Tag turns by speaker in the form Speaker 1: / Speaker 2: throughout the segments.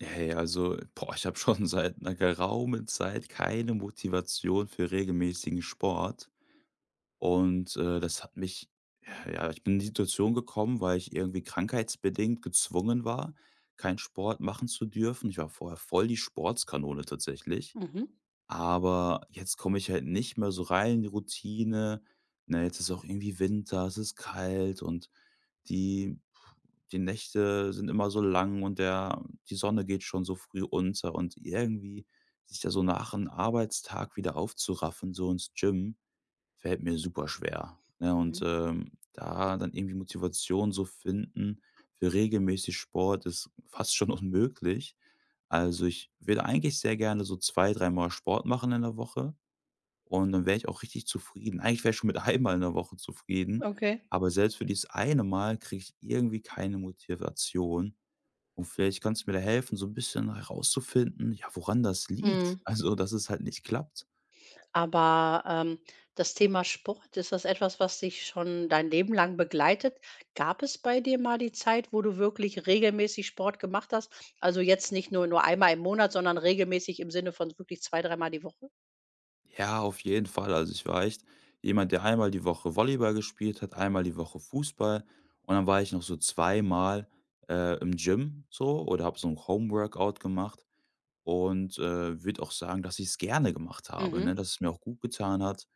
Speaker 1: Hey, also, boah, ich habe schon seit einer geraumen Zeit keine Motivation für regelmäßigen Sport und, das hat mich ja, ich bin in die Situation gekommen, weil ich irgendwie krankheitsbedingt gezwungen war, keinen Sport machen zu dürfen. Ich war vorher voll die Sportskanone tatsächlich,
Speaker 2: Mhm.
Speaker 1: aber jetzt komme ich halt nicht mehr so rein in die Routine. Na, jetzt ist auch irgendwie Winter, es ist kalt und die die Nächte sind immer so lang und der die Sonne geht schon so früh unter und irgendwie sich da so nach einem Arbeitstag wieder aufzuraffen, so ins Gym, fällt mir super schwer, ne? Und,
Speaker 2: Mhm.
Speaker 1: da dann irgendwie Motivation so finden für regelmäßig Sport ist fast schon unmöglich. Also, ich würde eigentlich sehr gerne so zwei, dreimal Sport machen in der Woche. Und dann wäre ich auch richtig zufrieden. Eigentlich wäre ich schon mit einmal in der Woche zufrieden,
Speaker 2: Okay.
Speaker 1: aber selbst für dieses eine Mal kriege ich irgendwie keine Motivation. Und vielleicht kannst du mir da helfen, so ein bisschen herauszufinden, ja, woran das liegt,
Speaker 2: Mhm.
Speaker 1: also, dass es halt nicht klappt.
Speaker 2: Aber, das Thema Sport, ist das etwas, was dich schon dein Leben lang begleitet? Gab es bei dir mal die Zeit, wo du wirklich regelmäßig Sport gemacht hast? Also, jetzt nicht nur einmal im Monat, sondern regelmäßig im Sinne von wirklich zwei dreimal die Woche?
Speaker 1: Ja, auf jeden Fall. Also, ich war echt jemand, der einmal die Woche Volleyball gespielt hat, einmal die Woche Fußball und dann war ich noch so zweimal, im Gym so oder habe so ein Home-Workout gemacht. Und, würde auch sagen, dass ich es gerne gemacht habe,
Speaker 2: Mhm,
Speaker 1: ne, dass es mir auch gut getan hat.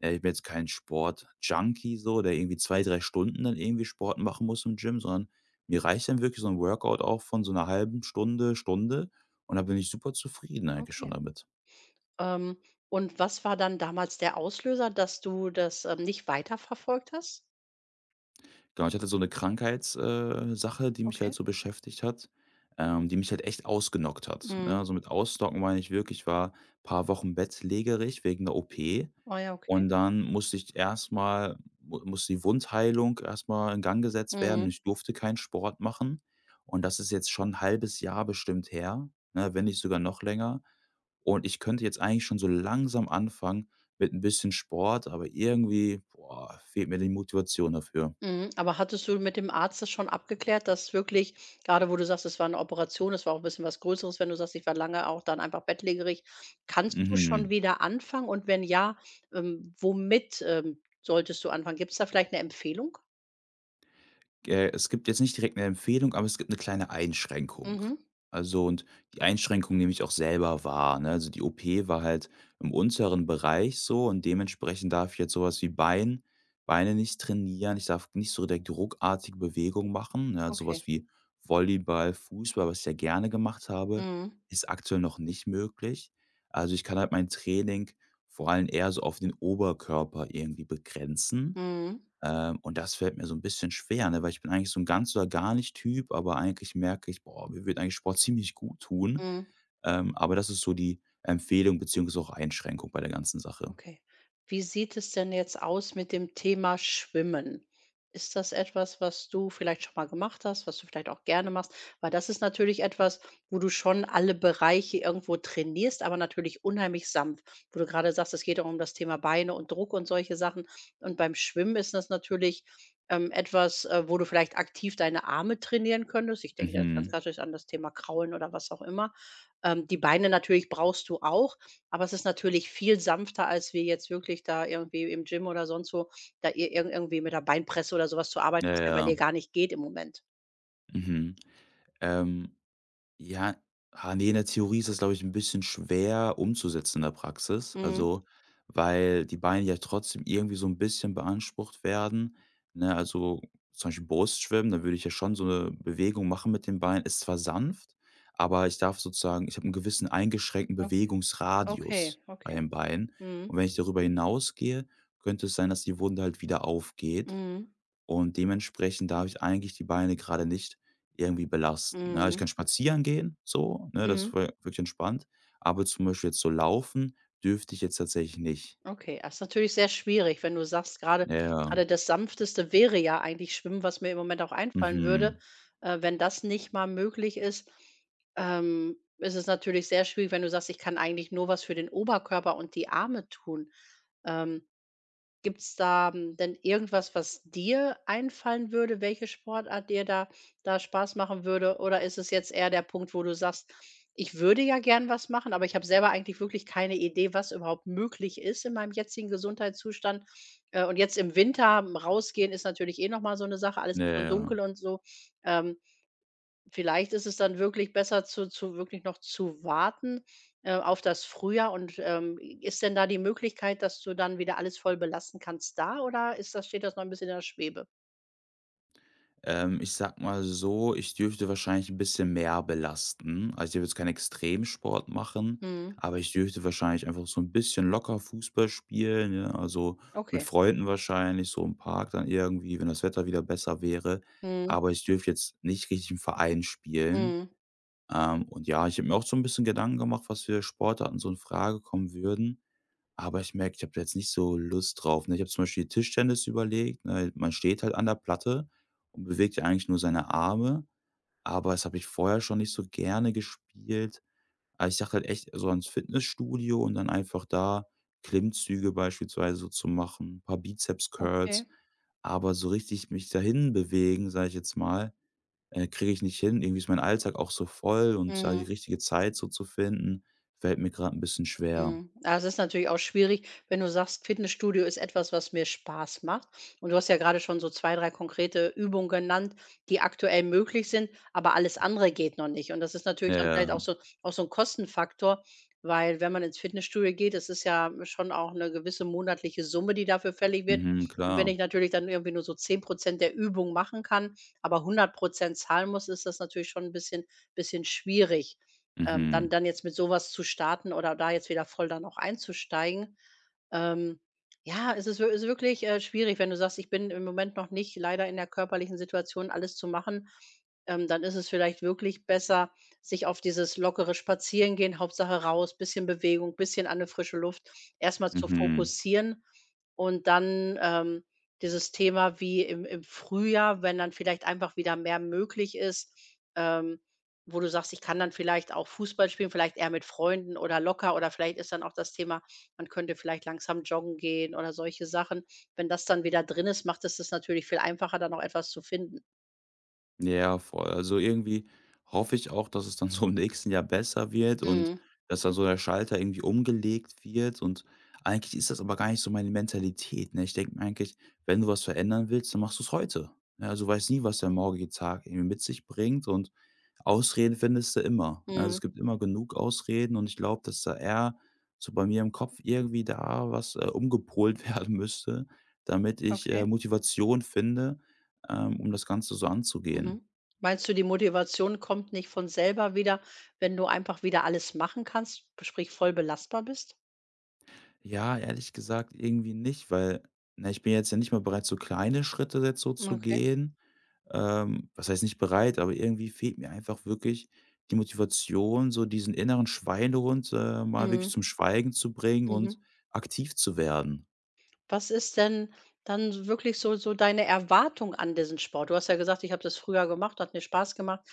Speaker 1: Ich bin jetzt kein Sport-Junkie so, der irgendwie 2, 3 Stunden dann irgendwie Sport machen muss im Gym, sondern mir reicht dann wirklich so ein Workout auch von so einer halben Stunde, Stunde und da bin ich super zufrieden eigentlich schon
Speaker 2: okay.
Speaker 1: damit.
Speaker 2: Ähm, und was war dann damals der Auslöser, dass du das, nicht weiterverfolgt hast?
Speaker 1: Genau, ich hatte so eine Krankheitssache, Sache, die mich halt
Speaker 2: Okay.
Speaker 1: so beschäftigt hat, die mich halt echt ausgenockt hat, ne?
Speaker 2: Mhm.
Speaker 1: Also, mit ausnocken meine ich wirklich, ich war ein paar Wochen bettlägerig wegen 'ner OP.
Speaker 2: Ah ja, okay.
Speaker 1: Und dann musste ich erstmal mal mu musste die Wundheilung erstmal in Gang gesetzt werden.
Speaker 2: Mhm.
Speaker 1: Ich durfte keinen Sport machen. Und das ist jetzt schon 'n halbes Jahr bestimmt her, ne, wenn nicht sogar noch länger. Und ich könnte jetzt eigentlich schon so langsam anfangen mit ein bisschen Sport, aber irgendwie, boah, fehlt mir die Motivation dafür.
Speaker 2: Mhm, aber hattest du mit dem Arzt das schon abgeklärt, dass wirklich gerade, wo du sagst, es war eine Operation, es war auch ein bisschen was Größeres, wenn du sagst, ich war lange auch dann einfach bettlägerig. Kannst du schon
Speaker 1: Mhm.
Speaker 2: wieder anfangen, und wenn ja, womit, solltest du anfangen? Gibt es da vielleicht eine Empfehlung?
Speaker 1: Es gibt jetzt nicht direkt eine Empfehlung, aber es gibt eine kleine Einschränkung.
Speaker 2: Mhm,
Speaker 1: Also, und die Einschränkung nehme ich auch selber wahr, ne? Also, die OP war halt im unteren Bereich so und dementsprechend darf ich jetzt sowas wie Beine nicht trainieren. Ich darf nicht so direkt ruckartige Bewegungen machen, ne? So
Speaker 2: okay.
Speaker 1: wie Volleyball, Fußball, was ich ja gerne gemacht habe,
Speaker 2: Mhm,
Speaker 1: ist aktuell noch nicht möglich. Also, ich kann halt mein Training vor allem eher so auf den Oberkörper irgendwie begrenzen.
Speaker 2: mhm,
Speaker 1: Und das fällt mir so ein bisschen schwer, ne, weil ich bin eigentlich so ein ganz oder gar nicht Typ, aber eigentlich merke ich: „Boah, mir würde eigentlich Sport ziemlich gut tun."
Speaker 2: mhm.
Speaker 1: Aber das ist so die Empfehlung beziehungsweise auch Einschränkung bei der ganzen Sache.
Speaker 2: Okay. Wie sieht es denn jetzt aus mit dem Thema Schwimmen? Ist das etwas, was du vielleicht schon mal gemacht hast, was du vielleicht auch gerne machst? Weil das ist natürlich etwas, wo du schon alle Bereiche irgendwo trainierst, aber natürlich unheimlich sanft, wo du gerade sagst, es geht auch um das Thema Beine und Druck und solche Sachen. Und beim Schwimmen ist das natürlich etwas, wo du vielleicht aktiv deine Arme trainieren könntest. Ich denke da jetzt ganz
Speaker 1: Mhm.
Speaker 2: klassisch an das Thema Kraulen oder was auch immer. Die Beine natürlich brauchst du auch. Aber es ist natürlich viel sanfter, als wir jetzt wirklich da irgendwie im Gym oder sonst wo da ir ir irgendwie mit der Beinpresse oder so was zu arbeiten,
Speaker 1: Ja,
Speaker 2: was
Speaker 1: ja.
Speaker 2: ja bei
Speaker 1: Ja.
Speaker 2: dir gar nicht geht im Moment.
Speaker 1: Mhm. Ähm Ja, ah, ne, in der Theorie ist das, glaube ich, ein bisschen schwer umzusetzen in der Praxis.
Speaker 2: Mhm.
Speaker 1: Also, weil die Beine ja trotzdem irgendwie so ein bisschen beansprucht werden, ne? Also, zum Beispiel Brustschwimmen, da würde ich ja schon so eine Bewegung machen mit den Beinen. Ist zwar sanft, aber ich darf sozusagen ich habe einen gewissen eingeschränkten
Speaker 2: O okay,
Speaker 1: Bewegungsradius bei
Speaker 2: okay.
Speaker 1: den Beinen.
Speaker 2: Mhm,
Speaker 1: Und wenn ich darüber hinausgehe, könnte es sein, dass die Wunde halt wieder aufgeht.
Speaker 2: mhm,
Speaker 1: Und dementsprechend darf ich eigentlich die Beine gerade nicht irgendwie belasten. Ja, ich
Speaker 2: mhm,
Speaker 1: kann spazieren gehen, so, ne, das
Speaker 2: mhm.
Speaker 1: ist wirklich entspannt, aber zum Beispiel jetzt so laufen dürfte ich jetzt tatsächlich nicht.
Speaker 2: Okay, das ist natürlich sehr schwierig, wenn du sagst, grade
Speaker 1: Ja, ja.
Speaker 2: grade das Sanfteste wäre ja eigentlich Schwimmen, was mir im Moment auch einfallen würde.
Speaker 1: Mhm.
Speaker 2: Wenn das nicht mal möglich ist, ist es natürlich sehr schwierig, wenn du sagst: „Ich kann eigentlich nur was für den Oberkörper und die Arme tun." Ähm Gibt's da, denn irgendwas, was dir einfallen würde, welche Sportart dir da Spaß machen würde? Oder ist es jetzt eher der Punkt, wo du sagst: „Ich würde ja gern was machen, aber ich habe selber eigentlich wirklich keine Idee, was überhaupt möglich ist in meinem jetzigen Gesundheitszustand." Und jetzt im Winter rausgehen ist natürlich eh noch mal so eine Sache. Alles
Speaker 1: Ja,
Speaker 2: ist schon
Speaker 1: ja.
Speaker 2: dunkel und so. Ähm, Vielleicht ist es dann wirklich besser, zu wirklich noch zu warten, auf das Frühjahr. Und, ist denn da die Möglichkeit, dass du dann wieder alles voll belassen kannst, da, oder ist das, steht das noch ein bisschen in der Schwebe?
Speaker 1: Ich sag mal so, ich dürfte wahrscheinlich ein bisschen mehr belasten. Also, ich würde jetzt keinen Extremsport machen,
Speaker 2: Mhm.
Speaker 1: aber ich dürfte wahrscheinlich einfach so ein bisschen locker Fußball spielen, ne? Also, mit
Speaker 2: Okay.
Speaker 1: Freunden wahrscheinlich, so im Park dann irgendwie, wenn das Wetter wieder besser wäre.
Speaker 2: Mhm.
Speaker 1: Aber ich dürfte jetzt nicht richtig im Verein spielen.
Speaker 2: Mhm.
Speaker 1: Und ja, ich habe mir auch so ein bisschen Gedanken gemacht, was für Sportarten so in Frage kommen würden. Aber ich merke, ich habe da jetzt nicht so Lust drauf, ne? Ich habe zum Beispiel Tischtennis überlegt, ne? Man steht halt an der Platte und bewegt ja eigentlich nur seine Arme, aber das habe ich vorher schon nicht so gerne gespielt. Also, ich dachte halt echt so ans Fitnessstudio und dann einfach da Klimmzüge beispielsweise so zu machen, ein paar
Speaker 2: Okay.
Speaker 1: Bizeps-Curls, aber so richtig mich dahin bewegen, sage ich jetzt mal, kriege ich nicht hin. Irgendwie ist mein Alltag auch so voll und da die
Speaker 2: Mhm.
Speaker 1: richtige Zeit so zu finden, fällt mir gerade ein bisschen schwer.
Speaker 2: Mhm. Ah, es ist natürlich auch schwierig, wenn du sagst, Fitnessstudio ist etwas, was mir Spaß macht. Und du hast ja gerade schon so zwei, drei konkrete Übungen genannt, die aktuell möglich sind, aber alles andere geht noch nicht. Und das ist natürlich dann vielleicht
Speaker 1: Ja,
Speaker 2: auch so ein Kostenfaktor, weil, wenn man ins Fitnessstudio geht, das ist ja schon auch eine gewisse monatliche Summe, die dafür fällig wird.
Speaker 1: mhm,
Speaker 2: Und wenn
Speaker 1: klar.
Speaker 2: ich natürlich dann irgendwie nur so 10% der Übung machen kann, aber 100% zahlen muss, ist das natürlich schon ein bisschen schwierig. Dann
Speaker 1: Mhm,
Speaker 2: dann jetzt mit sowas zu starten oder da jetzt wieder voll dann auch einzusteigen. Ähm, ja, es ist, wirklich, schwierig, wenn du sagst: „Ich bin im Moment noch nicht leider in der körperlichen Situation, alles zu machen." Dann ist es vielleicht wirklich besser, sich auf dieses lockere Spazierengehen, Hauptsache raus, bisschen Bewegung, bisschen an 'ne frische Luft, erstmal zu
Speaker 1: mhm.
Speaker 2: fokussieren und dann, dieses Thema wie im Frühjahr, wenn dann vielleicht einfach wieder mehr möglich ist, ähm wo du sagst: „Ich kann dann vielleicht auch Fußball spielen, vielleicht eher mit Freunden oder locker", oder vielleicht ist dann auch das Thema, man könnte vielleicht langsam joggen gehen oder solche Sachen. Wenn das dann wieder drin ist, macht es das natürlich viel einfacher, dann auch etwas zu finden.
Speaker 1: Ja, voll. Also, irgendwie hoffe ich auch, dass es dann so im nächsten Jahr besser wird und
Speaker 2: Mhm,
Speaker 1: dass dann so der Schalter irgendwie umgelegt wird und eigentlich ist das aber gar nicht so meine Mentalität, ne? Ich denke mir eigentlich, wenn du was verändern willst, dann machst du es heute. Ja, also, du weißt nie, was der morgige Tag irgendwie mit sich bringt und Ausreden findest du immer. Ne? Also, es
Speaker 2: mhm.
Speaker 1: gibt immer genug Ausreden und ich glaube, dass da eher so bei mir im Kopf irgendwie da was, umgepolt werden müsste, damit ich,
Speaker 2: Okay.
Speaker 1: Motivation finde um das Ganze so anzugehen?
Speaker 2: Mhm. Meinst du, die Motivation kommt nicht von selber wieder, wenn du einfach wieder alles machen kannst, sprich voll belastbar bist?
Speaker 1: Ja, ehrlich gesagt irgendwie nicht, weil, na, ich bin jetzt ja nicht mal bereit, so kleine Schritte jetzt so zu
Speaker 2: Okay.
Speaker 1: gehen. Was heißt nicht bereit, aber irgendwie fehlt mir einfach wirklich die Motivation, so diesen inneren Schweinehund, mal wirklich
Speaker 2: Mhm,
Speaker 1: zum Schweigen zu bringen
Speaker 2: mhm.
Speaker 1: und aktiv zu werden.
Speaker 2: Was ist denn dann so wirklich, so deine Erwartung an diesen Sport? Du hast ja gesagt: „Ich habe das früher gemacht, hat mir Spaß gemacht."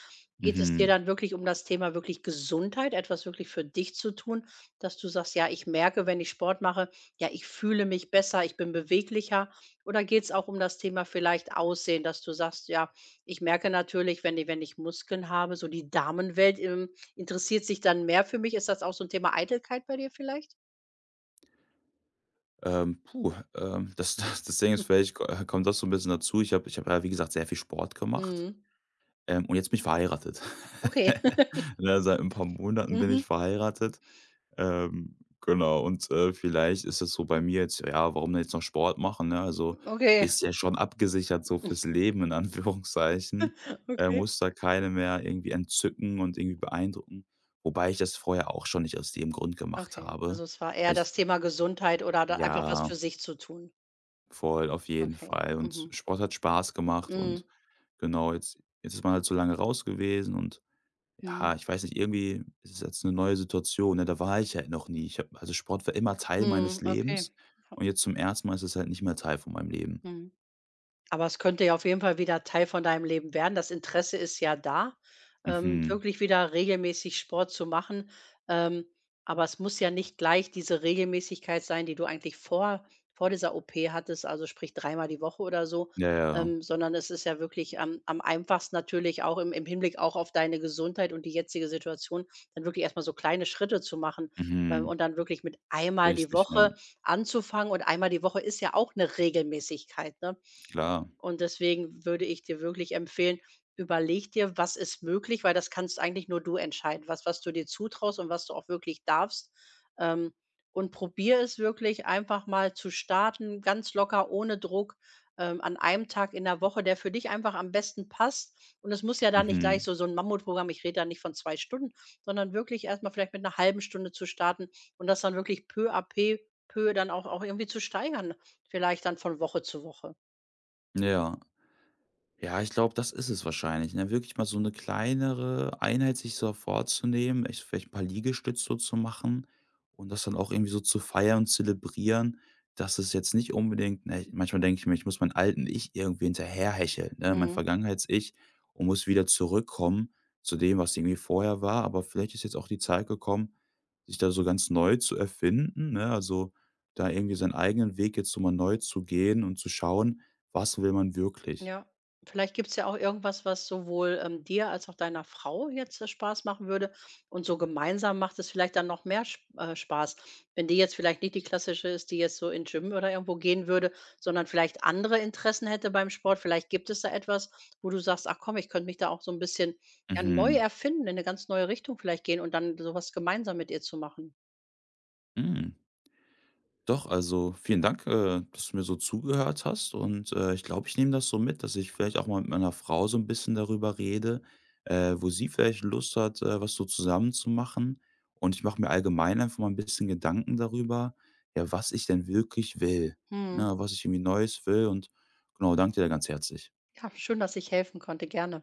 Speaker 2: Geht es dir
Speaker 1: Mhm.
Speaker 2: dann wirklich um das Thema wirklich Gesundheit, etwas wirklich für dich zu tun, dass du sagst: „Ja, ich merke, wenn ich Sport mache, ja, ich fühle mich besser, ich bin beweglicher."? Oder geht es auch um das Thema vielleicht Aussehen, dass du sagst: „Ja, ich merke natürlich, wenn ich Muskeln habe, so die Damenwelt, interessiert sich dann mehr für mich."? Ist das auch so ein Thema Eitelkeit bei dir vielleicht?
Speaker 1: Puh, das das Ding ist vielleicht, ko kommt das so ein bisschen dazu. Ich habe ja, wie gesagt, sehr viel Sport gemacht.
Speaker 2: Mhm.
Speaker 1: Und jetzt bin ich verheiratet.
Speaker 2: Okay.
Speaker 1: Ne, seit ein paar Monaten bin ich
Speaker 2: Mhm.
Speaker 1: verheiratet. Genau und, vielleicht ist es so bei mir jetzt ja, warum denn jetzt noch Sport machen, ne? Also,
Speaker 2: Okay.
Speaker 1: bist ja schon abgesichert so fürs Leben in Anführungszeichen,
Speaker 2: Okay.
Speaker 1: musst da keine mehr irgendwie entzücken und irgendwie beeindrucken. Wobei ich das vorher auch schon nicht aus dem Grund gemacht
Speaker 2: Okay.
Speaker 1: habe.
Speaker 2: Also, es war eher
Speaker 1: Ich
Speaker 2: das Thema Gesundheit oder da einfach was
Speaker 1: Ja,
Speaker 2: für sich zu tun.
Speaker 1: voll, auf jeden
Speaker 2: Okay.
Speaker 1: Fall. Und
Speaker 2: Mhm.
Speaker 1: Sport hat Spaß gemacht
Speaker 2: Mhm.
Speaker 1: und genau, jetzt ist man halt so lange raus gewesen und
Speaker 2: Mhm.
Speaker 1: ja, ich weiß nicht, irgendwie ist es jetzt eine neue Situation, ne? Da war ich halt noch nie. Ich habe Also, Sport war immer Teil meines
Speaker 2: Mhm.
Speaker 1: Lebens
Speaker 2: Okay. Ja.
Speaker 1: und jetzt zum ersten Mal ist es halt nicht mehr Teil von meinem Leben.
Speaker 2: Mhm. Aber es könnte ja auf jeden Fall wieder Teil von deinem Leben werden. Das Interesse ist ja da,
Speaker 1: Mhm.
Speaker 2: wirklich wieder regelmäßig Sport zu machen. Ähm, aber es muss ja nicht gleich diese Regelmäßigkeit sein, die du eigentlich vor dieser OP hattest, also sprich dreimal die Woche oder so,
Speaker 1: Ja, ja.
Speaker 2: sondern es ist ja wirklich am einfachsten, natürlich auch im Hinblick auch auf deine Gesundheit und die jetzige Situation, dann wirklich erstmal so kleine Schritte zu machen, ähm,
Speaker 1: Mhm.
Speaker 2: und dann wirklich mit einmal die
Speaker 1: Richtig, ja.
Speaker 2: Woche anzufangen. Und einmal die Woche ist ja auch eine Regelmäßigkeit. Ne?
Speaker 1: Klar.
Speaker 2: Und deswegen würde ich dir wirklich empfehlen, überleg dir, was ist möglich, weil das kannst eigentlich nur du entscheiden, was du dir zutraust und was du auch wirklich darfst. Ähm, und probier es wirklich einfach mal zu starten, ganz locker, ohne Druck, an einem Tag in der Woche, der für dich einfach am besten passt. Und es muss ja dann nicht gleich
Speaker 1: Mhm.
Speaker 2: so ein Mammutprogramm, ich rede da nicht von 2 Stunden, sondern wirklich erstmal vielleicht mit einer halben Stunde zu starten und das dann wirklich peu à peu, peu dann auch irgendwie zu steigern, vielleicht dann von Woche zu Woche.
Speaker 1: Ja. Ja, ich glaube, das ist es wahrscheinlich, ne? Wirklich mal so eine kleinere Einheit sich so vorzunehmen, echt vielleicht ein paar Liegestütze so zu machen und das dann auch irgendwie so zu feiern und zelebrieren, dass es jetzt nicht unbedingt ne, manchmal denke ich mir, ich muss meinen alten Ich irgendwie hinterherhecheln, ne, mein
Speaker 2: Mhm.
Speaker 1: Vergangenheits-Ich und muss wieder zurückkommen zu dem, was irgendwie vorher war. Aber vielleicht ist jetzt auch die Zeit gekommen, sich da so ganz neu zu erfinden, ne? Also, da irgendwie seinen eigenen Weg jetzt so mal neu zu gehen und zu schauen, was will man wirklich?
Speaker 2: Ja, vielleicht gibt's ja auch irgendwas, was sowohl, dir als auch deiner Frau jetzt, Spaß machen würde, und so gemeinsam macht es vielleicht dann noch mehr sp Spaß. Wenn die jetzt vielleicht nicht die klassische ist, die jetzt so in Gym oder irgendwo gehen würde, sondern vielleicht andere Interessen hätte beim Sport. Vielleicht gibt es da etwas, wo du sagst: „Ach komm, ich könnte mich da auch so ein bisschen, ja, neu
Speaker 1: Mhm.
Speaker 2: erfinden, in eine ganz neue Richtung vielleicht gehen", und dann sowas gemeinsam mit ihr zu machen.
Speaker 1: Hm. Doch, also vielen Dank, dass du mir so zugehört hast. Und ich glaube, ich nehme das so mit, dass ich vielleicht auch mal mit meiner Frau so ein bisschen darüber rede, wo sie vielleicht Lust hat, was so zusammen zu machen. Und ich mache mir allgemein einfach mal ein bisschen Gedanken darüber, ja, was ich denn wirklich will,
Speaker 2: Mhm.
Speaker 1: ne, was ich irgendwie Neues will. Und genau, danke dir da ganz herzlich.
Speaker 2: Ja, schön, dass ich helfen konnte. Gerne.